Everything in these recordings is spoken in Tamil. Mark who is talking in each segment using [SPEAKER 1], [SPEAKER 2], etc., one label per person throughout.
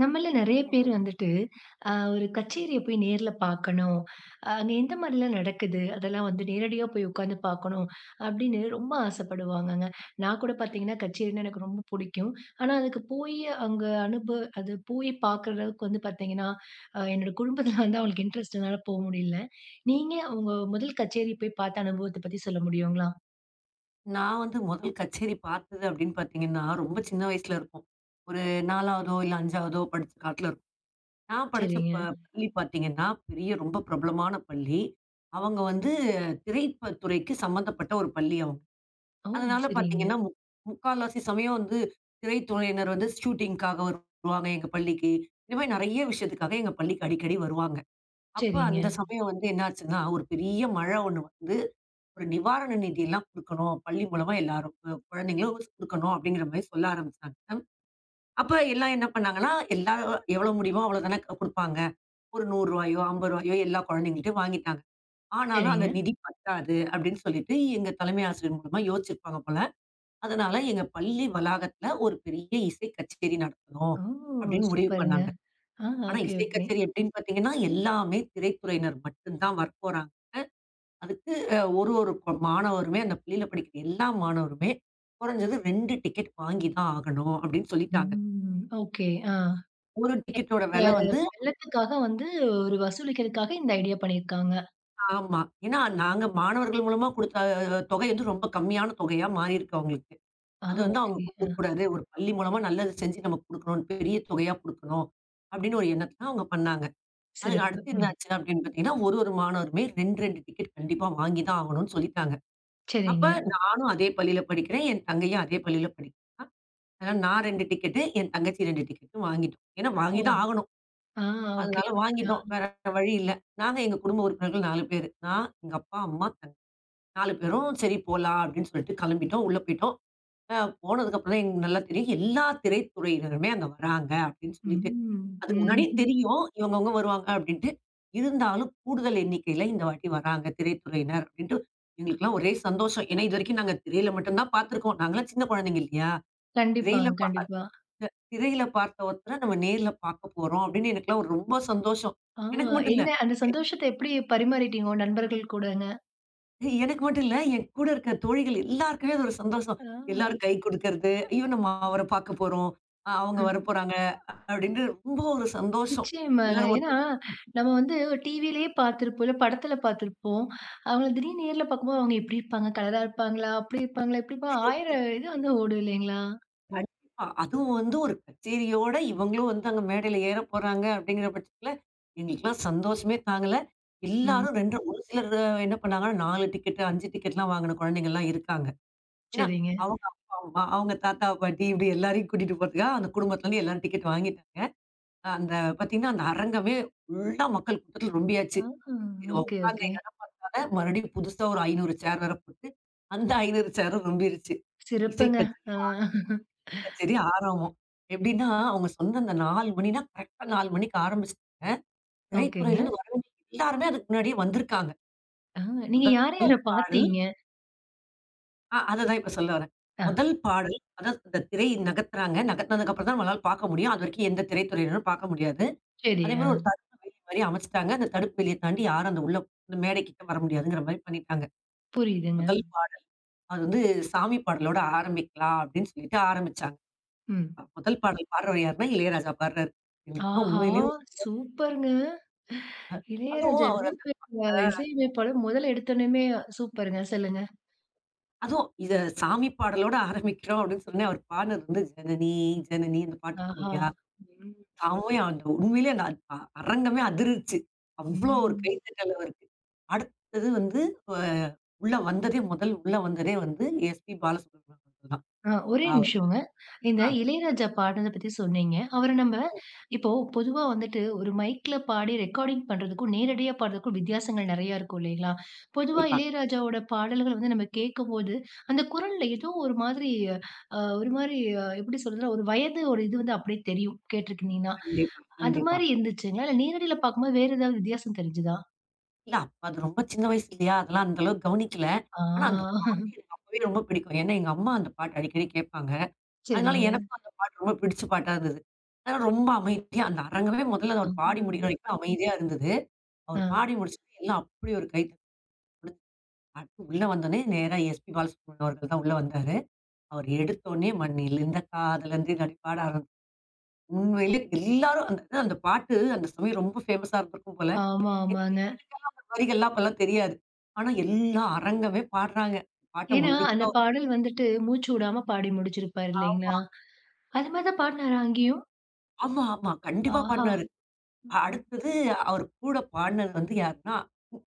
[SPEAKER 1] நம்மள நெறைய பேர் வந்துட்டு, ஒரு கச்சேரிய போய் நேர்ல பார்க்கணும். அங்க எந்த மாரிலாம் நடக்குது? அதெல்லாம் வந்து நேரடியா போய் உட்காந்து பார்க்கணும், அப்படின்னு ரொம்ப ஆசைப்படுவாங்கங்க. நான் கூட பார்த்தீங்கன்னா, கச்சேரின்னா எனக்கு ரொம்ப புடிக்கும். ஆனா, அதுக்கு போயி அங்க அனுப அது போய் பார்க்குற அளவுக்கு வந்து பார்த்தீங்கன்னா, என்னோட குடும்பத்தில வந்து அவங்களுக்கு இன்ட்ரெஸ்ட்னால போ முடியல. நீங்க உங்க முதல் கச்சேரி போய் பார்த்த அனுபவத்த பத்தி சொல்ல முடியுங்களா?
[SPEAKER 2] நான் வந்து முதல் கச்சேரி பார்த்தது அப்படின்னு பார்த்தீங்கன்னா, ரொம்ப சின்ன வயசுல இருக்கும். ஒரு 4வதோ இல்ல 5வதோ படிச்ச காலத்துல இருக்கும். நான் படிச்ச
[SPEAKER 1] சரிங்க.
[SPEAKER 2] பள்ளி பார்த்தீங்கன்னா, பெரிய ரொம்ப பிரபலமான பள்ளி. அவங்க வந்து துறைக்கு சம்மந்தப்பட்ட ஒரு பள்ளி அவங்க.
[SPEAKER 1] ஓ!
[SPEAKER 2] அதனால
[SPEAKER 1] சரிங்க,
[SPEAKER 2] பார்த்தீங்கன்னா, முக்கால்வாசி சமயம் வந்து திரைத்துறையினர் வந்து ஷூட்டிங்க்காக வருவாங்க எங்க பள்ளிக்கு. இந்த மாரி நெறைய விஷயத்துக்காக எங்க பள்ளிக்கு அடிக்கடி வருவாங்க. அப்ப
[SPEAKER 1] சரிங்க,
[SPEAKER 2] அந்த சமயம் வந்து என்ன ஆச்சுன்னா, ஒரு பெரிய மழை ஒண்ணு வந்து ஒரு நிவாரண நிதியெல்லாம் குடுக்கணும். பள்ளி மூலமா எல்லாரும் குழந்தைங்களும் குடுக்கணும் அப்படிங்கிற மாரி சொல்ல ஆரம்பிச்சாங்க. அப்ப எல்லாம் என்ன பண்ணாங்கன்னா, எல்லாரும் எவ்வளோ முடியுமோ அவ்வளோ தானே குடுப்பாங்க. ஒரு ரூ. 100யோ, ரூ. 50யோ எல்லா குழந்தைங்கள்ட்டயும் வாங்கிட்டாங்க. ஆனாலும் அந்த
[SPEAKER 1] சரிங்க.
[SPEAKER 2] நிதி பத்தாது அப்படின்னு சொல்லிட்டு எங்க தலைமை ஆசிரியர் மூலமா யோசிச்சிருப்பாங்க போல. அதனால எங்க பள்ளி வளாகத்துல ஒரு பெரிய இசை கச்சேரி நடத்தணும்
[SPEAKER 1] ஓ!
[SPEAKER 2] அப்படின்னு முடிவு
[SPEAKER 1] சூப்பருங்க.
[SPEAKER 2] பண்ணாங்க.
[SPEAKER 1] ஆ,
[SPEAKER 2] ஆனா
[SPEAKER 1] ஓகே,
[SPEAKER 2] இசை
[SPEAKER 1] ஓகே.
[SPEAKER 2] கச்சேரி எப்படின்னு பார்த்தீங்கன்னா, எல்லாமே திரைத்துறையினர் மட்டும் தான் வரப்போறாங்க. அதுக்கு ஒரு ஒரு மாணவருமே, அந்த பள்ளியில படிக்கிற எல்லா மாணவருமே, குறைஞ்சது 2 டிக்கெட் வாங்கி தான் ஆகணும் அப்படின்னு சொல்லிட்டாங்க.
[SPEAKER 1] ம். ஓகே. ஆ.
[SPEAKER 2] ஒரு டிக்கெட்டோட
[SPEAKER 1] இந்த
[SPEAKER 2] விலை வந்து
[SPEAKER 1] வெள்ளத்துக்காக வந்து ஒரு வசூலிக்கிறதுக்காக இந்த ஐடியா பண்ணியிருக்காங்க.
[SPEAKER 2] ஆமா. ஏன்னா நாங்க மாணவர்கள் மூலமா குடுத்த தொகை வந்து ரொம்ப கம்மியான தொகையா மாறியிருக்கு அவங்களுக்கு.
[SPEAKER 1] ஆ
[SPEAKER 2] அது வந்து
[SPEAKER 1] ஓகே.
[SPEAKER 2] அவங்க
[SPEAKER 1] ஆ.
[SPEAKER 2] குடுக்கக்கூடாது. ஒரு பள்ளி மூலமா நல்லது செஞ்சு நம்ம குடுக்கணும். பெரிய தொகையா குடுக்கணும் அப்படின்னு ஒரு எண்ணத்துல அவங்க பண்ணாங்க. அதுக்கு
[SPEAKER 1] சிறப்பு.
[SPEAKER 2] அடுத்து என்ன
[SPEAKER 1] ம்.
[SPEAKER 2] ஆச்சு அப்படின்னு பார்த்தீங்கன்னா, ஒரு ஒரு மாணவருமே 2, 2 டிக்கெட் கண்டிப்பா வாங்கி தான் ஆகணும்னு சொல்லிட்டாங்க.
[SPEAKER 1] சரிங்க.
[SPEAKER 2] அப்ப நானும் அதே பள்ளியில படிக்கிறேன். என் தங்கையும் அதே பள்ளியில அதனால நான் 2 டிக்கெட்டு, என் தங்கச்சி 2 டிக்கெட்டு வாங்கிட்டோம். ஏன்னா
[SPEAKER 1] ஓ!
[SPEAKER 2] வாங்கி தான் ஆகணும்.
[SPEAKER 1] ஆ ஓகே.
[SPEAKER 2] அதனால
[SPEAKER 1] ஆ.
[SPEAKER 2] வாங்கிட்டோம். வேற வழி இல்ல. நாங்க எங்க குடும்ப உறுப்பினர்கள் 4 பேரு. நான், எங்க அப்பா, அம்மா, 4 பேரும் சரி போலாம் அப்படின்னு சொல்லிட்டு கிளம்பிட்டோம். உள்ள போயிட்டோம். அ போனதுக்கப்புறம் தான் எங்களுக்கு நல்லா தெரியும். எல்லா திரைத்துறையினருமே அங்க வராங்க அப்படின்னு சொல்லிட்டு.
[SPEAKER 1] ம்.
[SPEAKER 2] அதுக்கு முன்னாடியே
[SPEAKER 1] ம்ஹ்ம்.
[SPEAKER 2] தெரியும். இவங்கவங்க வருவாங்க அப்படின்ட்டு. இருந்தாலும் கூடுதல் எண்ணிக்கையில இந்த வாட்டி வராங்க திரைத்துறையினர் அப்படின்ட்டு எங்களுக்கெல்லாம் ஒரே சந்தோஷம். ஏன்னா இதுவரைக்கும் நாங்க திரையில மட்டும் தான் பார்த்துருக்கோம். நாங்கலாம் சின்ன குழந்தைங்க இல்லையா? திரையில
[SPEAKER 1] கண்டிப்பாங்க, கண்டிப்பா.
[SPEAKER 2] திரையில பார்த்த ஒருத்தர நம்ம நேர்ல பார்க்க போறோம் அப்படின்னு எனக்கெல்லாம் ஒரு ரொம்ப சந்தோஷம்.
[SPEAKER 1] ஆ
[SPEAKER 2] எனக்கு மட்டும்
[SPEAKER 1] என்ன
[SPEAKER 2] இல்ல.
[SPEAKER 1] அந்த
[SPEAKER 2] எ
[SPEAKER 1] சந்தோஷத்த எப்படி பரிமாறிட்டீங்க உங்க நண்பர்கள் கூடங்க?
[SPEAKER 2] எனக்கு மட்டும் இல்ல. என் கூட இருக்க தோழிகள் எல்லாருக்குமே அது ஒரு சந்தோஷம்.
[SPEAKER 1] ஆ.
[SPEAKER 2] எல்லாரும் கை குடுக்கறது, ஐயோ! நம்ம அவர பார்க்க போறோம். அவங்க
[SPEAKER 1] ம்.
[SPEAKER 2] வரப்போறாங்க அப்படின்னு ரொம்ப ஒரு சந்தோஷம்.
[SPEAKER 1] நிச்சயமாங்க.
[SPEAKER 2] எல்லாரும்
[SPEAKER 1] ஏன்னா,
[SPEAKER 2] ஒருத்தர்
[SPEAKER 1] நம்ம வந்து டிவிலயே பார்த்திருப்போம், இல்ல படத்துல பார்த்திருப்போம். அவங்கள திடீர்னு நேர்ல பார்க்கும்போது அவங்க இப்படி இருப்பாங்க, கலரா இருப்பாங்களா, அப்படி இருப்பாங்களா, இப்படி இருப்பாங்க 1000 இது வந்து ஓடும் இல்லைங்களா?
[SPEAKER 2] கண்டிப்பா. அதுவும் வந்து ஒரு கச்சேரியோட இவங்களும் வந்து அங்க மேடையில ஏறப் போறாங்க அப்படிங்கிற பட்சத்துல, எங்களுக்கெல்லாம் சந்தோஷமே தாங்கல.
[SPEAKER 1] ம்.
[SPEAKER 2] எல்லாரும் 2 ஒரு சிலர் என்ன பண்ணாங்கன்னா 4 டிக்கெட், 5 டிக்கெட்லாம் வாங்குன குழந்தைங்கலாம் இருக்காங்க. ஏன்னா,
[SPEAKER 1] சரிங்க.
[SPEAKER 2] அவங்க அப்பா, அம்மா, அவங்க தாத்தா, பாட்டி இப்படி எல்லாரையும் கூட்டிட்டு போறதுக்கா அந்த குடும்பத்துலருந்து எல்லாரும் டிக்கெட் வாங்கிட்டாங்க. அந்த பார்த்தீங்கன்னா, அந்த அரங்கமே ஃபுல்லா மக்கள் கூட்டத்துல ரொம்பியாச்சு.
[SPEAKER 1] ஆ ஓகே,
[SPEAKER 2] உட்கார்ந்த
[SPEAKER 1] ஓகே.
[SPEAKER 2] இடம்ல மறுபடியும் புதுசா ஒரு 500 சேர் வேற போட்டு, அந்த 500 சேரும் ரொம்பிருச்சு. இசை
[SPEAKER 1] சிறப்புங்க. ஆ
[SPEAKER 2] கச்சேரி, ஆடல் கச்சேரி, ஆரம்பம். எப்படின்னா, அவங்க சொன்ன அந்த 4 மணின்னா கரெக்ட்டா 4 மணிக்கு ஆரம்பிச்சுட்டாங்க.
[SPEAKER 1] ஓகேங்க.
[SPEAKER 2] திரைத்துறையிலருந்து வரவங்க எல்லாருமே அதுக்கு முன்னாடியே வந்திருக்காங்க.
[SPEAKER 1] ஆ நீங்க யார
[SPEAKER 2] முதல்
[SPEAKER 1] யார
[SPEAKER 2] பாடல்
[SPEAKER 1] பார்த்தீங்க?
[SPEAKER 2] அததான் இப்ப சொல்ல வரேன்.
[SPEAKER 1] ஆ
[SPEAKER 2] முதல் பாடல் அதாவது அந்த திரை நகர்த்துறாங்க. நகர்த்துனதுக்கு அப்புறம் தான் நம்மளால பார்க்க முடியும். அது வரைக்கும் எந்த திரைத்துறையினரும் பார்க்க முடியாது.
[SPEAKER 1] சரி.
[SPEAKER 2] அதே
[SPEAKER 1] ஆ
[SPEAKER 2] மாரி ஒரு தடுப்பு வேலி மாரி அமைச்சுட்டாங்க. அந்த தடுப்பு வேலிய தாண்டி யாரும் அந்த உள்ள அந்த மேடை கிட்ட வர முடியாதுங்கிற மாரி பண்ணிட்டாங்க.
[SPEAKER 1] புரியுதுங்க.
[SPEAKER 2] முதல் பாடல் அது வந்து சாமி பாடலோட ஆரம்பிக்கலாம் அப்படின்னு சொல்லிட்டு ஆரம்பிச்சாங்க.
[SPEAKER 1] ம்.
[SPEAKER 2] முதல் பாடல் பாடுறவர் யாருன்னா இளையராஜா பாடுறாரு. எங்களுக்குலாம்
[SPEAKER 1] ஆஹா!
[SPEAKER 2] உண்மையிலேயே
[SPEAKER 1] சூப்பர்ங்க. இளையராஜா
[SPEAKER 2] அதுவும் அவர்
[SPEAKER 1] எவ்ளோ
[SPEAKER 2] அந்த
[SPEAKER 1] பெரிய இசையமைப்பாளர். முதல்ல எடுத்தோனயுமே சூப்பருங்க. சொல்லுங்க.
[SPEAKER 2] அதுவும் இத சாமி பாடலோட ஆரம்பிக்கிறோம் அப்படின்னு சொன்னே அவர் பாடுனது வந்து ஜனனி ஜனனி அந்த பாட்டு இருக்கும்
[SPEAKER 1] ஆஹா!
[SPEAKER 2] இல்லையா?
[SPEAKER 1] ம்,
[SPEAKER 2] செமையா அந்த உண்மையிலே நான் அரங்கமே அதிருச்சு. அவ்ளோ ஒரு
[SPEAKER 1] ம்.
[SPEAKER 2] கைத்தட்டல் அவருக்கு. அடுத்தது வந்து அ உள்ள வந்ததே முதல் உள்ள வந்ததே வந்து எஸ்பி பாலசுப்ரமணியம் அவர்கள் தான்.
[SPEAKER 1] ஆ ஒரே
[SPEAKER 2] அவர்
[SPEAKER 1] நிமிஷங்க. இந்த
[SPEAKER 2] தான்
[SPEAKER 1] இளையராஜா பாடுனத பத்தி சொன்னீங்க. அவர நம்ம இப்போ பொதுவா வந்துட்டு ஒரு மைக்ல பாடி ரெக்கார்டிங் பண்றதுக்கும், நேரடியா பாடுறதுக்கும் வித்தியாசங்கள் நெறையா இருக்கும் இல்லைங்களா? பொதுவா
[SPEAKER 2] கண்டிப்பா,
[SPEAKER 1] இளையராஜாவோட பாடல்கள் வந்து நம்ம கேட்கும்போது, அந்த குரல்ல ஏதோ ஒரு மாதிரி ஒரு மாரி எப்படி சொல்றதுன்னா, ஒரு வயது ஒரு இது வந்து அப்படியே தெரியும் கேட்டுருக்கிங்கன்னா.
[SPEAKER 2] கண்டிப்பா,
[SPEAKER 1] அது
[SPEAKER 2] கண்டிப்பா.
[SPEAKER 1] மாரி இருந்துச்சுங்களா? இல்ல நேரடியில பார்க்கும்போது வேற ஏதாவது வித்தியாசம் தெரிஞ்சுதா?
[SPEAKER 2] இல்ல அப்ப அது ரொம்ப சின்ன வயசு இல்லையா? அதெல்லாம் அந்த அளவுக்கு கவனிக்கல. ஆனா அந்த
[SPEAKER 1] ஆ
[SPEAKER 2] பாட்டு எனக்கு அப்பவே ரொம்ப பிடிக்கும். ஏன்னா எங்க அம்மா அந்த பாட்டு அடிக்கடி கேட்பாங்க. அதனால
[SPEAKER 1] சரிங்க.
[SPEAKER 2] எனக்கும் அந்த பாட்டு ரொம்ப பிடிச்ச பாட்டா இருந்தது. அதனால ரொம்ப அமைதியா அந்த அரங்கமே முதல்ல
[SPEAKER 1] அ.
[SPEAKER 2] அவர் பாடி முடிக்கிற வரைக்கும் அமைதியா இருந்தது. அவர்
[SPEAKER 1] ஆ
[SPEAKER 2] பாடி முடிச்சதும் எல்லாம் அப்படி ஒரு கை அடுத்து உள்ள வந்தோனே நேரா எஸ்பி பாலசுப்ரமணியம் அவர்கள் தான் உள்ள வந்தாரு. அவர் எடுத்தோனே மண்ணிலிருந்த காதலர்ந்து இதாடி பாட ஆரம்பிச்சு உண்மையிலே எல்லாரும் அந்த அதான் அந்த பாட்டு அந்த சமயம் ரொம்ப ஃபேமஸா இருந்திருக்கும் போல.
[SPEAKER 1] ஆமா,
[SPEAKER 2] என
[SPEAKER 1] ஆமாங்க.
[SPEAKER 2] எனக்கெல்லாம் அந்த வரிகள்லாம் அப்பலாம் தெரியாது. ஆனா எல்லா அரங்கமே பாடுறாங்க. பாட்ட
[SPEAKER 1] ஏன்னா, அந்த
[SPEAKER 2] முழுக்க
[SPEAKER 1] பாடல் வந்துட்டு மூச்சு விடாம பாடி முடிச்சிருப்பாரு
[SPEAKER 2] ஆமா,
[SPEAKER 1] இல்லைங்களா? அது மாரி தான் பாடுனாரா அங்கேயும்?
[SPEAKER 2] ஆமா, ஆமா. கண்டிப்பா
[SPEAKER 1] ஆஹா!
[SPEAKER 2] பாடுனாரு. அடுத்தது அவர் கூட பாடுனது வந்து யாருன்னா,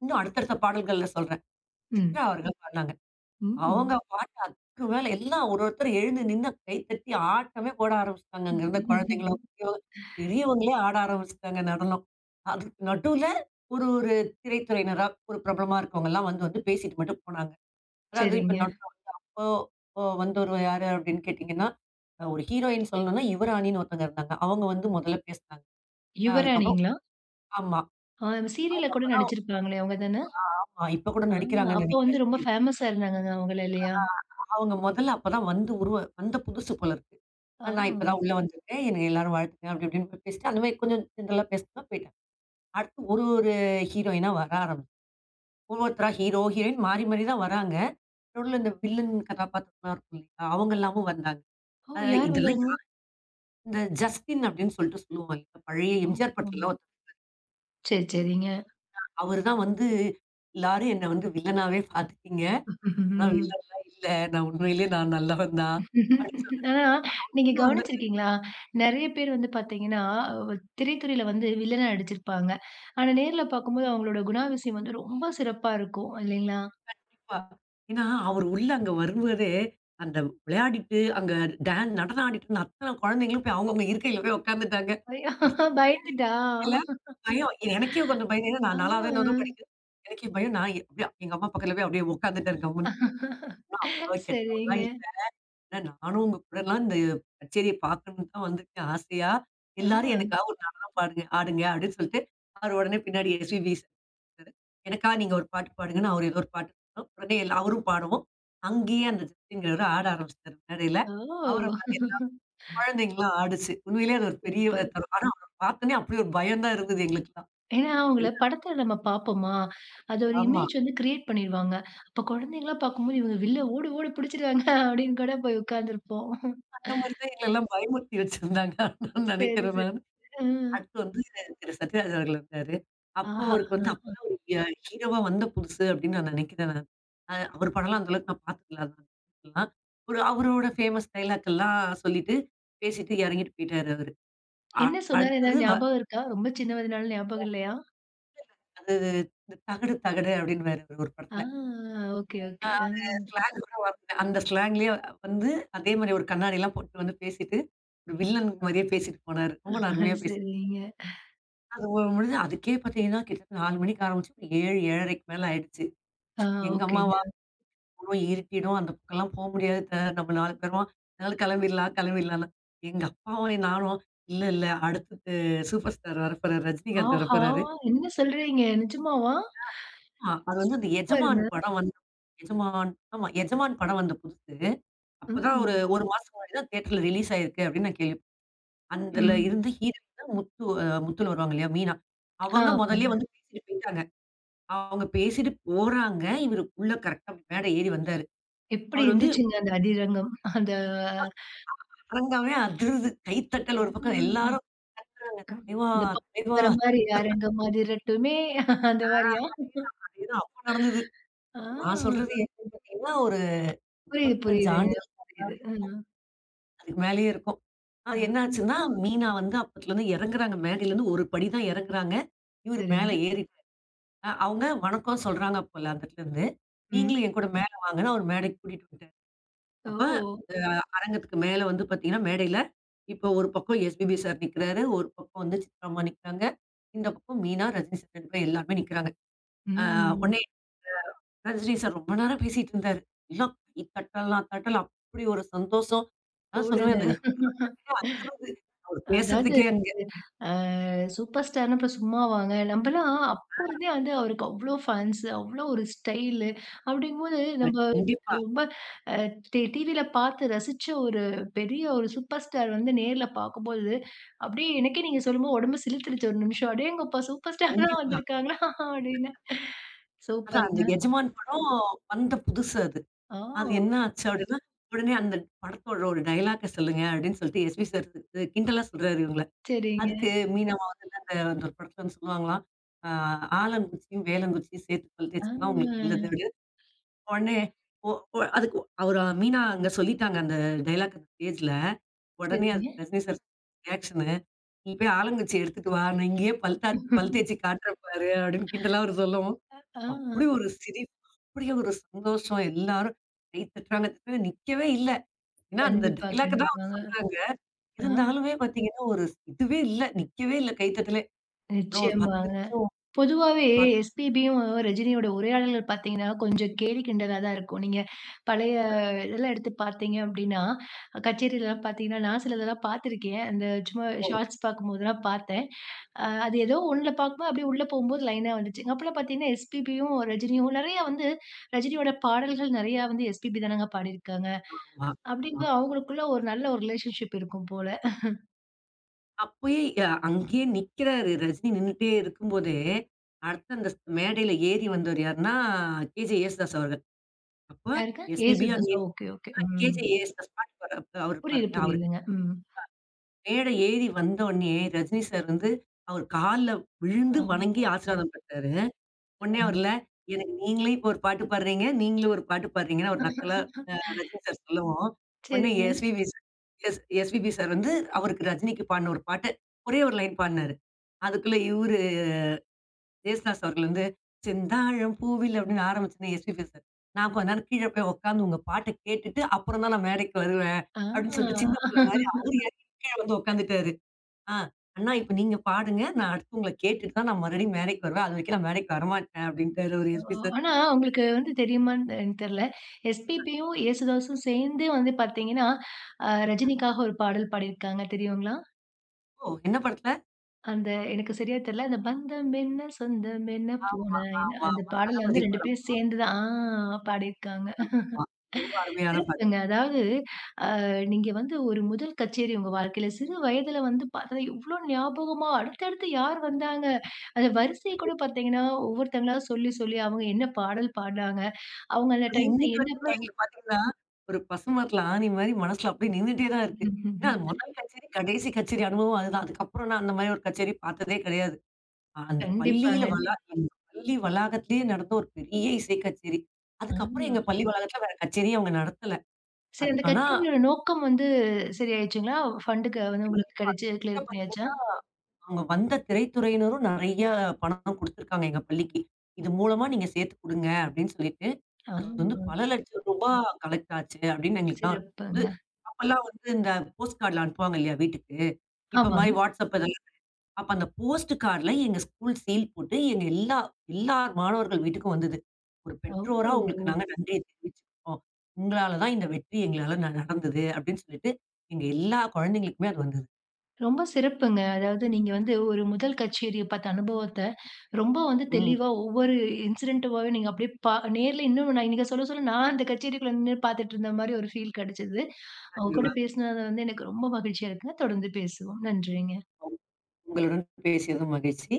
[SPEAKER 2] இன்னும் அடுத்தடுத்த பாடல்கள்ல சொல்றேன்.
[SPEAKER 1] ம்,
[SPEAKER 2] சித்ரா அவர்கள் பாடுனாங்க.
[SPEAKER 1] ம்.
[SPEAKER 2] அவங்க பாட்டு அதுக்கு மேல எல்லாம் ஒரு ஒருத்தர் எழுந்து நின்னு கை தட்டி ஆட்டமே போட ஆரம்பிச்சுட்டாங்க. அங்க இருந்த குழந்தைங்களும், பெரியவங்களே ஆட ஆரம்பிச்சுட்டாங்க நடனம். அதுக்கு நடுவுல ஒரு ஒரு திரைத்துறையினரா, ஒரு பிரபலமா இருக்கவங்கலாம் வந்து வந்து பேசிட்டு மட்டும் போனாங்க. அதாவது இப்ப
[SPEAKER 1] சரிங்க.
[SPEAKER 2] நடு அப்போ இப்போ வந்தவர் யாரு அப்படின்னு கேட்டீங்கன்னா, ஒரு ஹீரோயின் சொல்லணும்னா யுவராணின்னு ஒருத்தங்க இருந்தாங்க. அவங்க வந்து முதல்ல பேசினாங்க. அதுக்கப்புறம்
[SPEAKER 1] யுவராணிங்களா?
[SPEAKER 2] ஆமா.
[SPEAKER 1] ஆ சீரியல்ல
[SPEAKER 2] அவங்க
[SPEAKER 1] கூட
[SPEAKER 2] அப்பதான்
[SPEAKER 1] நடிச்சிருக்காங்களே அவங்க தானே?
[SPEAKER 2] ஆமா இப்ப கூட
[SPEAKER 1] ஆ
[SPEAKER 2] நடிக்கிறாங்கன்னு
[SPEAKER 1] அப்போ
[SPEAKER 2] நினைக்கிறேன்.
[SPEAKER 1] வந்து ரொம்ப ஃபேமஸா இருந்தாங்கங்க அவங்கள இல்லையா?
[SPEAKER 2] அவங்க மொதல்ல அப்பதான் வந்து உருவ வந்த புதுசு போல இருக்கு.
[SPEAKER 1] ஆ.
[SPEAKER 2] நான் இப்பதான் உள்ள வந்திருக்கேன். என்னைய எல்லாரும் வாழ்த்துங்க அப்படி இப்படின்னு பேசிட்டு அந்த மாரி கொஞ்சம் கிண்டலா பேசுனா போயிட்டேன். அடுத்து ஒரு ஒரு ஹீரோயினா வர ஆரம்பிச்சு. ஒவ்வொருத்தரா ஹீரோ, ஹீரோயின் மாறி மாறி தான் வராங்க. நடுவுல இந்த வில்லன் கதாபாத்திரம்லாம் இருக்கும் இல்லையா? அவங்க எல்லாமும் வந்தாங்க.
[SPEAKER 1] ஓ!
[SPEAKER 2] அ
[SPEAKER 1] யார்
[SPEAKER 2] இதெல்லாம்
[SPEAKER 1] வந்தாங்க?
[SPEAKER 2] யா இந்த ஜஸ்டின் அப்படின்னு சொல்லிட்டு சொல்லுவோம் இல்லையா? பழைய
[SPEAKER 1] ஓ!
[SPEAKER 2] எம்ஜிஆர்
[SPEAKER 1] ஓ.
[SPEAKER 2] படத்துல ஒருத்தர்
[SPEAKER 1] சரி, சரிங்க.
[SPEAKER 2] அவரு தான் வந்து எல்லாரும் என்ன வந்து வில்லனாவே பார்த்துட்டீங்க. ஆனா வில்லன்லாம் இல்ல. நான் உண்மையிலேயே நான் நல்லவன் தான். அப்படின்னு
[SPEAKER 1] ஆனா, நீங்க
[SPEAKER 2] சொல்லி
[SPEAKER 1] கவனிச்சிருக்கீங்களா? நெறைய பேர் வந்து பார்த்தீங்கன்னா, அ திரைத்துறையில வந்து வில்லனா நடிச்சிருப்பாங்க. ஆனா, நேர்ல பார்க்கும்போது அவங்களோட குணாதிசயம் வந்து ரொம்ப சிறப்பா இருக்கும். இல்லைங்களா?
[SPEAKER 2] கண்டிப்பா. ஏன்னா, அவரு உள்ள அங்க வரும்போதே, அந்த விளையாடிட்டு, அங்க டான் நடனம் ஆடிட்டு இருந்த அத்தன குழந்தைங்களும் போய் அவங்கவங்க இருக்கையில போய் உட்காந்துட்டாங்க.
[SPEAKER 1] ஐயோ!
[SPEAKER 2] ஒருத்தர் கூட
[SPEAKER 1] பயந்துட்டா?
[SPEAKER 2] எந்திரிக்கல. பயம். எனக்கே கொஞ்சம் பயம். ஏன்னா
[SPEAKER 1] ஆ.
[SPEAKER 2] நான் 4வது, 5வது தான் படிக்கிறேன். எனக்கே பயம். நான் அப்படியே எங்க அம்மா பக்கத்துல போய் அப்படியே உட்காந்துட்டேன் கம்முனு.
[SPEAKER 1] சரிங்க.
[SPEAKER 2] இல்ல நானும் உங்க கூடலாம் இந்த கச்சேரிய பார்க்கணும்ன்னு தான் வந்திருக்கேன் ஆசையா. எல்லாரும்
[SPEAKER 1] ஆ.
[SPEAKER 2] எனக்காக ஒரு நடனம் பாடுங்க ஆடுங்க அப்படின்னு சொல்லிட்டு, அவரு உடனே பின்னாடி எஸ்பிபி சார் இருக்காரு. எனக்கா நீங்க ஒரு பாட்டு பாடுங்கன்னு அவரு ஏதோ ஒரு பாட்டு சொன்னாரு. உடனே எல்லா அவரும் பாடவும், அங்கேயே அந்த ஜஸ்டின்ங்கிறவரு ஆட ஆரம்பிச்சுட்டாரு மேடையில. அவர
[SPEAKER 1] ஓ!
[SPEAKER 2] பார்த்து எல்லா குழந்தைங்களும் ஆடுச்சு. உண்மையிலேயே அது ஒரு பெரிய
[SPEAKER 1] சூப்பர்.
[SPEAKER 2] ஆனா அவர பார்த்தோனே அப்படியே ஒரு பயம் தான் இருந்தது எங்களுக்கெல்லாம்.
[SPEAKER 1] ஏன்னா, அவங்கள படத்துல நம்ம பார்ப்போமா, அது ஒரு
[SPEAKER 2] ஆமா.
[SPEAKER 1] இமேஜ் வந்து கிரியேட் பண்ணிருவாங்க. அப்ப குழந்தைங்கலாம் பார்க்கும்போது, இவங்க வில்ல ஓடு ஓடு பிடிச்சிருவாங்க அப்படின்னு கூட போய் உட்கார்ந்துருப்போம்.
[SPEAKER 2] அந்த மாரி தான் எங்கள எல்லாம் பயமுறுத்தி வச்சிருந்தாங்க. நான்
[SPEAKER 1] சரி, சரி.
[SPEAKER 2] நினைக்கிறேன்.
[SPEAKER 1] ஆ.
[SPEAKER 2] அடுத்து வந்து திரு சத்யராஜ் அவர்கள் இருந்தாரு. அப்போ
[SPEAKER 1] ஆஹா!
[SPEAKER 2] அவருக்கு வந்து அப்பதான் ஒரு ஹீரோவா வந்த புதுசு அப்படின்னு நான் நினைக்கிறேன் நான். அவர் படம்லாம் அந்த அளவுக்கு நான் பார்த்ததில்ல. அதனால ஒரு அவரோட ஃபேமஸ் டயலாக் எல்லாம் சொல்லிட்டு, பேசிட்டு இறங்கிட்டு போயிட்டாரு அவரு. அ
[SPEAKER 1] என்ன சொன்னாரு?
[SPEAKER 2] அடுத்தது
[SPEAKER 1] ஏதாவது
[SPEAKER 2] வ
[SPEAKER 1] ஞாபகம் இருக்கா? ரொம்ப சின்ன வயதுனால ஞாபகம் இல்லையா?
[SPEAKER 2] அது இந்த தகடு தகடு அப்படின்னுவாரு அவரு ஒரு ஒரு
[SPEAKER 1] ஆ
[SPEAKER 2] படத்துல.
[SPEAKER 1] Okay, okay. ஆ
[SPEAKER 2] ஸ்லாங் கூட வரல. அந்த ஸ்லாங்லயே வந்து அதே மாரி ஒரு கண்ணாடிலாம் போட்டு வந்து பேசிட்டு, ஒரு வில்லன் மாரியே பேசிட்டு போனாரு. ரொம்ப
[SPEAKER 1] ஆ,
[SPEAKER 2] அருமையா பேசி
[SPEAKER 1] சரிங்க.
[SPEAKER 2] அது முடிஞ்சு அதுக்கே பார்த்தீங்கன்னா, கிட்டத்தட்ட 4 மணிக்கு ஆரம்பிச்சு 7, 7:30க்கு மேல ஆயிடுச்சு.
[SPEAKER 1] ஆ
[SPEAKER 2] எங்க
[SPEAKER 1] ஓகேங்க.
[SPEAKER 2] அம்மாவா அப்புறம் இருட்டிடும். அந்த பக்கம்லாம் போ முடியாது. நம்ம 4 பேருமா, அதனால கிளம்பிடலாம், கிளம்பிடலாம்ன்னு. எங்க அப்பாவும் நானும் இல்ல, இல்ல அடுத்து சூப்பர் ஸ்டார் வரப்போறாரு. ரஜினிகாந்த்
[SPEAKER 1] ஆஹா!
[SPEAKER 2] வரப்போறாரு.
[SPEAKER 1] என்ன சொல்றீங்க? நிஜமாவா?
[SPEAKER 2] ஆ அது வந்து அந்த எஜமான்
[SPEAKER 1] சூப்பருங்க.
[SPEAKER 2] படம் வந்த எஜமான் ஆமா எஜமான் படம் வந்த புதுசு. அப்பதான் ஒரு
[SPEAKER 1] ம்.
[SPEAKER 2] 1 மாசம் முன்னாடி தான் தியேட்டர்ல ரிலீஸ் ஆயிருக்கு அப்படின்னு நான் கேள்வி அதுல
[SPEAKER 1] ம்.
[SPEAKER 2] இருந்த ஹீரோயின் தான் முத்து முத்துல வருவாங்க இல்லையா? மீனா. அவங்க முதல்லயே
[SPEAKER 1] ஆமாங்க.
[SPEAKER 2] வந்து பேசிட்டு போயிட்டாங்க. அவங்க பேசிட்டு போறாங்க. இவரு உள்ள கரெக்ட்டா மேடை ஏறி வந்தாரு.
[SPEAKER 1] எப்படி
[SPEAKER 2] அவரு வந்து
[SPEAKER 1] இருந்துச்சுங்க அந்த அதிரங்கம்? அந்த
[SPEAKER 2] அரங்காவே அதிருது. கைத்தட்டல் ஒரு பக்கம்
[SPEAKER 1] ஆ
[SPEAKER 2] எல்லாரும் தலைவா,
[SPEAKER 1] இந்த பாட்டு
[SPEAKER 2] தலைவா,
[SPEAKER 1] வர மாரி
[SPEAKER 2] தலைவா.
[SPEAKER 1] "அரங்கம் அதிரட்டுமே" அந்த மாரியா?
[SPEAKER 2] அதேதான், அதேதான் அப்ப நடந்தது.
[SPEAKER 1] ஆ
[SPEAKER 2] நான் சொல்றது என்னன்னு பாத்தீங்கன்னா, ஒரு
[SPEAKER 1] புரியுது,
[SPEAKER 2] 35
[SPEAKER 1] புரியுதுங்க.
[SPEAKER 2] ஆண்டுகள் மேல
[SPEAKER 1] புரியுது.
[SPEAKER 2] இருக்கும்.
[SPEAKER 1] ம்.
[SPEAKER 2] அதுக்கு மேலயே இருக்கும்.
[SPEAKER 1] ஆ
[SPEAKER 2] என்னாச்சுன்னா, மீனா வந்து அப்பத்துலருந்து இறங்குறாங்க. மேடையிலருந்து ஒரு படி தான் இறங்குறாங்க. இவரு மேல
[SPEAKER 1] சரிங்க.
[SPEAKER 2] ஏறிட்டாரு. அவங்க வணக்கம் சொல்றாங்க போல அந்த இடத்துலருந்து.
[SPEAKER 1] ம்.
[SPEAKER 2] நீங்களும் என் கூட மேல வாங்கன்னு அவரு மேடைக்கு கூட்டிட்டு வந்துட்டாரு.
[SPEAKER 1] ஓ!
[SPEAKER 2] அப்ப அ அரங்கத்துக்கு மேல வந்து பார்த்தீங்கன்னா, மேடையில இப்போ ஒரு பக்கம் எஸ்பிபி சார் நிக்கிறாரு. ஒரு பக்கம் வந்து சித்ராம்மா நிக்கிறாங்க. இந்த பக்கம் மீனா, ரஜினி சார் 2 பேரும் எல்லாருமே நிக்கிறாங்க. அ
[SPEAKER 1] ம்.
[SPEAKER 2] உடனே ரஜினி சார் ரொம்ப நேரம் பேசிட்டு இருந்தாரு. எல்லாம் கை தட்டலாம், தட்டலாம். அப்படி ஒரு சந்தோஷம். நான் சொல்லுவேன்
[SPEAKER 1] போடுங்க.
[SPEAKER 2] அந்த அப்படியே அசருது. அவர்
[SPEAKER 1] அதாவது
[SPEAKER 2] பேசுறதுக்கே அங்க.
[SPEAKER 1] அ சூப்பர் ஸ்டார்னா இப்ப சும்மாவாங்க. நம்பலாம் அப்ப இருந்தே வந்து அவருக்கு அவ்ளோ ஃபேன்ஸ், அவ்ளோ ஒரு ஸ்டைலு. அப்படிங்கும்போது நம்ப
[SPEAKER 2] கண்டிப்பா,
[SPEAKER 1] ரொம்ப அ டிவில பார்த்து ரசிச்ச ஒரு பெரிய ஒரு சூப்பர் ஸ்டார் வந்து நேர்ல பார்க்கும்போது, அப்படியே எனக்கே நீங்க சொல்லும்போது உடம்பு சிலிர்த்துருச்சு ஒரு நிமிஷம். "அடேங்கப்பா! சூப்பர் ஸ்டார்லாம்
[SPEAKER 2] கண்டிப்பா.
[SPEAKER 1] வந்திருக்காங்களா?" அப்படின்னு.
[SPEAKER 2] அதான் அந்த
[SPEAKER 1] சூப்பருங்க.
[SPEAKER 2] எஜமான் படம் வந்த புதுசு அது.
[SPEAKER 1] ஆ
[SPEAKER 2] அது என்ன ஆச்சு அப்படின்னா, உடனே அந்த படத்தோட ஒரு டயலாக்க சொல்லுங்க அப்படின்னு சொல்லிட்டு எஸ்பி சார் கிண்டலா சொல்றாரு இவங்கள.
[SPEAKER 1] சரிங்க.
[SPEAKER 2] அதுக்கு மீனவ அந்த அந்த ஒரு படத்துல வந்து சொல்லுவாங்களாம், ஆ ஆலங்குச்சியும், வேலங்குச்சியும் சேர்த்து பல்
[SPEAKER 1] ஆ
[SPEAKER 2] தேய்ச்சோம்னா உங்களுக்கு நல்லது அப்படின்னு. உடனே ஒ ஒ அதுக்கு அவரு மீனா அங்க சொல்லிட்டாங்க அந்த டயலாக் அந்த ஸ்டேஜ்ல. உடனே
[SPEAKER 1] சரிங்க.
[SPEAKER 2] அதுக்கு ரஜினி சார் ரியாக்ஷனு, "நீ போய் ஆலங்குச்சி எடுத்துட்டு வா. நான் இங்கேயே பல் தேய்ச்சு காட்டுறேன் பாரு" அப்படின்னு கிண்டலா அவரு சொல்லவும்,
[SPEAKER 1] ஆ
[SPEAKER 2] அப்படி ஒரு சிரிப்பு, அப்படி ஒரு சந்தோஷம். எல்லாரும் கை தட்டுறாங்க, தட்டுறாங்க. நிக்கவே இல்ல. ஏன்னா, அந்த
[SPEAKER 1] கண்டிப்பா,
[SPEAKER 2] டயலாக்க தான் அவங்க
[SPEAKER 1] கண்டிப்பாங்க.
[SPEAKER 2] சொல்றாங்க.
[SPEAKER 1] ஆ
[SPEAKER 2] இருந்தாலுமே பார்த்தீங்கன்னா, ஒரு இதுவே இல்ல. நிக்கவே இல்ல கைத்தட்டலே. அப்புறம் ஒரு 10
[SPEAKER 1] நிச்சயமாங்க.
[SPEAKER 2] நிமிஷம்
[SPEAKER 1] பொதுவாவே
[SPEAKER 2] பாத்
[SPEAKER 1] எஸ்பிபியும் ரஜினியோட உரையாடல்கள் பார்த்தீங்கன்னா, கொஞ்சம் கேலி கிண்டலா தான் இருக்கும். நீங்க பழைய இதெல்லாம் எடுத்து பார்த்தீங்க அப்படின்னா, கச்சேரிலலாம் பார்த்தீங்கன்னா, நான் சிலதெல்லாம் பார்த்துருக்கேன். அந்த சும்மா
[SPEAKER 2] ஓ!
[SPEAKER 1] ஷார்ட்ஸ் பார்க்கும்போதெல்லாம் பார்த்தேன். அது ஏதோ ஒண்ணுல பார்க்கும்போது அப்படியே உள்ள போகும்போது லைனா வந்துச்சுங்க. அப்பலாம் பார்த்தீங்கன்னா, எஸ்பிபியும் ரஜினியும் நெறைய வந்து ரஜினியோட பாடல்கள் நெறையா வந்து எஸ்பிபி தானங்க பாடியிருக்காங்க.
[SPEAKER 2] ஆமா, ஆமா.
[SPEAKER 1] அப்படிங்கும்போது அவங்களுக்குள்ள ஒரு நல்ல ஒரு ரிலேஷன்ஷிப் இருக்கும் போல.
[SPEAKER 2] அப்பயே அங்கேயே நிக்கிறாரு. ரஜினி நின்னுட்டே இருக்கும்போதே, அடுத்து அந்த மேடையில ஏறி வந்தவர் யாருன்னா, கேஜே ஏசுதாஸ் அவர்கள். அப்ப
[SPEAKER 1] யாருங்க?
[SPEAKER 2] எஸ்பிபி அங்கே
[SPEAKER 1] ஏசுதாஸா? ஓகே,
[SPEAKER 2] இருந்தா
[SPEAKER 1] ஓகே. ம்.
[SPEAKER 2] கேஜே ஏசுதாஸ் பாட்டு பாடுறாரு அவரு இருப்பாரு
[SPEAKER 1] புரியுது,
[SPEAKER 2] இல்லையா? அவரு
[SPEAKER 1] புரியுதுங்க. ம்.
[SPEAKER 2] மேடை ஏறி வந்தோனே, ரஜினி சார் வந்து அவர் கால்ல விழுந்து
[SPEAKER 1] ஆமா.
[SPEAKER 2] வணங்கி ஆசீர்வாதம் பண்றாரு. ஒன்னே வரல. எனக்கு நீங்களே இப்போ ஒரு பாட்டு பாடுறீங்க, நீங்களும் ஒரு பாட்டு பாடுறீங்கன்னு ஒரு நக்கலா ரஜினி சார் சொல்லவும், உடனே
[SPEAKER 1] சரிங்க.
[SPEAKER 2] எஸ்பிபி சார் வந்து அவருக்கு ரஜினிக்கு பாடுன ஒரு பாட்டு, ஒரே ஒரு லைன் பாடுனாரு. அதுக்குள்ள இவரு ஜெயசுதாஸ் அவர்கள் வந்து, "செந்தாழம் பூவில்" அப்படின்னு ஆரம்பிச்சோனே எஸ்பிபி சார், "நான் கொஞ்ச நேரம் கீழ போய் உட்காந்து உங்க பாட்ட கேட்டுட்டு அப்புறம் தான் நான் மேடைக்கு வருவேன்"
[SPEAKER 1] ஆ.
[SPEAKER 2] அப்படின்னு சொல்லிட்டு சின்ன பிள்ளை மாரி அவரு இறங்கி கீழ வந்து உட்காந்துட்டாரு. "ஆ அண்ணா இப்ப நீங்க பாடுங்க. நான் அடுத்து உங்கள கேட்டுட்டு தான் நான் மறுபடியும் மேடைக்கு வருவேன். அது வரைக்கும் நான் மேடைக்கு வரமாட்டேன்" அப்படின்ட்டாரு அவரு எஸ்பி சார்.
[SPEAKER 1] ஆனா, உங்களுக்கு வந்து தெரியுமான்னு எனக்கு தெரியல. எஸ்பிபியும், ஏசுதாசும் சேர்ந்து வந்து பார்த்தீங்கன்னா, ரஜினிக்காக ஒரு பாடல் பாடியிருக்காங்க. தெரியுங்களா?
[SPEAKER 2] ஓ! என்ன படத்துல?
[SPEAKER 1] அந்த எனக்கு சரியா தெரியல. அந்த பந்தம் என்ன, சொந்தம் என்ன,
[SPEAKER 2] ஆமா,
[SPEAKER 1] பூனா என்ன
[SPEAKER 2] ஆமா,
[SPEAKER 1] அந்த
[SPEAKER 2] ஆமா.
[SPEAKER 1] பாடல்ல
[SPEAKER 2] தளபதி
[SPEAKER 1] வந்து 2
[SPEAKER 2] படம்.
[SPEAKER 1] பேரும் சேர்ந்து தான் ஆ பாடியிருக்காங்க.
[SPEAKER 2] ஆமா. ரொம்ப அருமையான படம்.
[SPEAKER 1] சிறப்புங்க. அதாவது அ நீங்க வந்து ஒரு முதல் கச்சேரி உங்க வாழ்க்கையில சிறு வயதுல வந்து பார்த்தா எவ்ளோ ஞாபகமா அடுத்தடுத்து யார் வந்தாங்க? அந்த வரிசைய கூட பார்த்தீங்கன்னா, ஒவ்வொருத்தங்களா சொல்லி, சொல்லி அவங்க என்ன பாடல் பாடுனாங்க? அவங்க அந்த
[SPEAKER 2] அது
[SPEAKER 1] டைம்ல
[SPEAKER 2] இன்னைக்கு
[SPEAKER 1] என்ன
[SPEAKER 2] வரைக்குமே
[SPEAKER 1] பண்
[SPEAKER 2] எங்களுக்கு பார்த்தீங்கன்னா, ஒரு பசுமரத்துல ஆணி மாரி மனசுல அப்படியே நின்னுட்டே தான் இருக்கு. ஏன்னா, அது முதல் கச்சேரி, கடைசி கச்சேரி அனுபவம் அதுதான். அதுக்கப்புறம் நான் அந்த மாரி ஒரு கச்சேரி பார்த்ததே கிடையாது. அந்த பள்ளியில
[SPEAKER 1] கண்டிப்பாங்க.
[SPEAKER 2] எங்க பள்ளி வளாகத்திலேயே நடந்த ஒரு பெரிய இசை கச்சேரி. அதுக்கப்புறம்
[SPEAKER 1] ஆமா.
[SPEAKER 2] எங்க பள்ளி வளாகத்துல வேற கச்சேரியே அவங்க நடத்தல.
[SPEAKER 1] சரி அந்த
[SPEAKER 2] அதுக்கு ஆனா
[SPEAKER 1] கச்சேரியோட நோக்கம் வந்து சரியாயிடுச்சுங்களா? ஃபண்டுக்கு வந்து உங்களுக்கு
[SPEAKER 2] கண்டிப்பா
[SPEAKER 1] கிடைச்சு
[SPEAKER 2] கிட்ட
[SPEAKER 1] கிளியர் பண்ணியாச்சா?
[SPEAKER 2] பார்த்தீங்கன்னா, அவங்க வந்த திரைத்துறையினரும் நெறைய பணம் குடுத்துருக்காங்க எங்க பள்ளிக்கு. இது மூலமா நீங்க சேர்த்து குடுங்க அப்படின்னு சொல்லிட்டு.
[SPEAKER 1] ஆ
[SPEAKER 2] அது வந்து பல லட்சம் ரூபா கலெக்ட் ஆச்சு அப்படின்னு எங்களுக்கெல்லாம் வந்து
[SPEAKER 1] சிறப்புங்க.
[SPEAKER 2] அப்பல்லாம் வந்து இந்த போஸ்ட் கார்ட்ல அனுப்புவாங்க இல்லையா வீட்டுக்கு. இப்ப
[SPEAKER 1] ஆமாங்க.
[SPEAKER 2] மாரி வாட்ஸ்அப் இதெல்லாம் அப்ப அந்த போஸ்ட் கார்ட்ல எங்க ஸ்கூல் சீல் போட்டு எங்க எல்லா எல்லா மாணவர்கள் வீட்டுக்கும் வந்தது. ஒரு பெற்றோரா உங்களுக்கு
[SPEAKER 1] ஓ!
[SPEAKER 2] நாங்க நன்றிய தெரிவிச்சுக்கிறோம். உங்களால தான் இந்த வெற்றி எங்களால நடந்தது அப்படின்னு சொல்லிட்டு எங்க எல்லா குழந்தைங்களுக்குமே அது வந்தது.
[SPEAKER 1] ரொம்ப சிறப்புங்க. அதாவது நீங்க வந்து ஒரு முதல் கச்சேரிய பார்த்த அனுபவத்த, ரொம்ப வந்து
[SPEAKER 2] ம்.
[SPEAKER 1] தெளிவா ஒவ்வொரு இன்சிடென்ட்டாவே நீங்க அப்படியே பா நேர்ல இன்னும் நான் நீங்க சொல்ல சொல்ல நான் அந்த கச்சேரிக்குள்ள நின்னு பார்த்துட்டு இருந்த மாரி ஒரு ஃபீல் கிடைச்சது. உங்க
[SPEAKER 2] நன்றி
[SPEAKER 1] கூட
[SPEAKER 2] மேம்.
[SPEAKER 1] பேசினது வந்து எனக்கு ரொம்ப மகிழ்ச்சியா இருக்குங்க. தொடர்ந்து பேசுவோம். நன்றிங்க.
[SPEAKER 2] உங்களுடன் பேசியதும் மகிழ்ச்சி.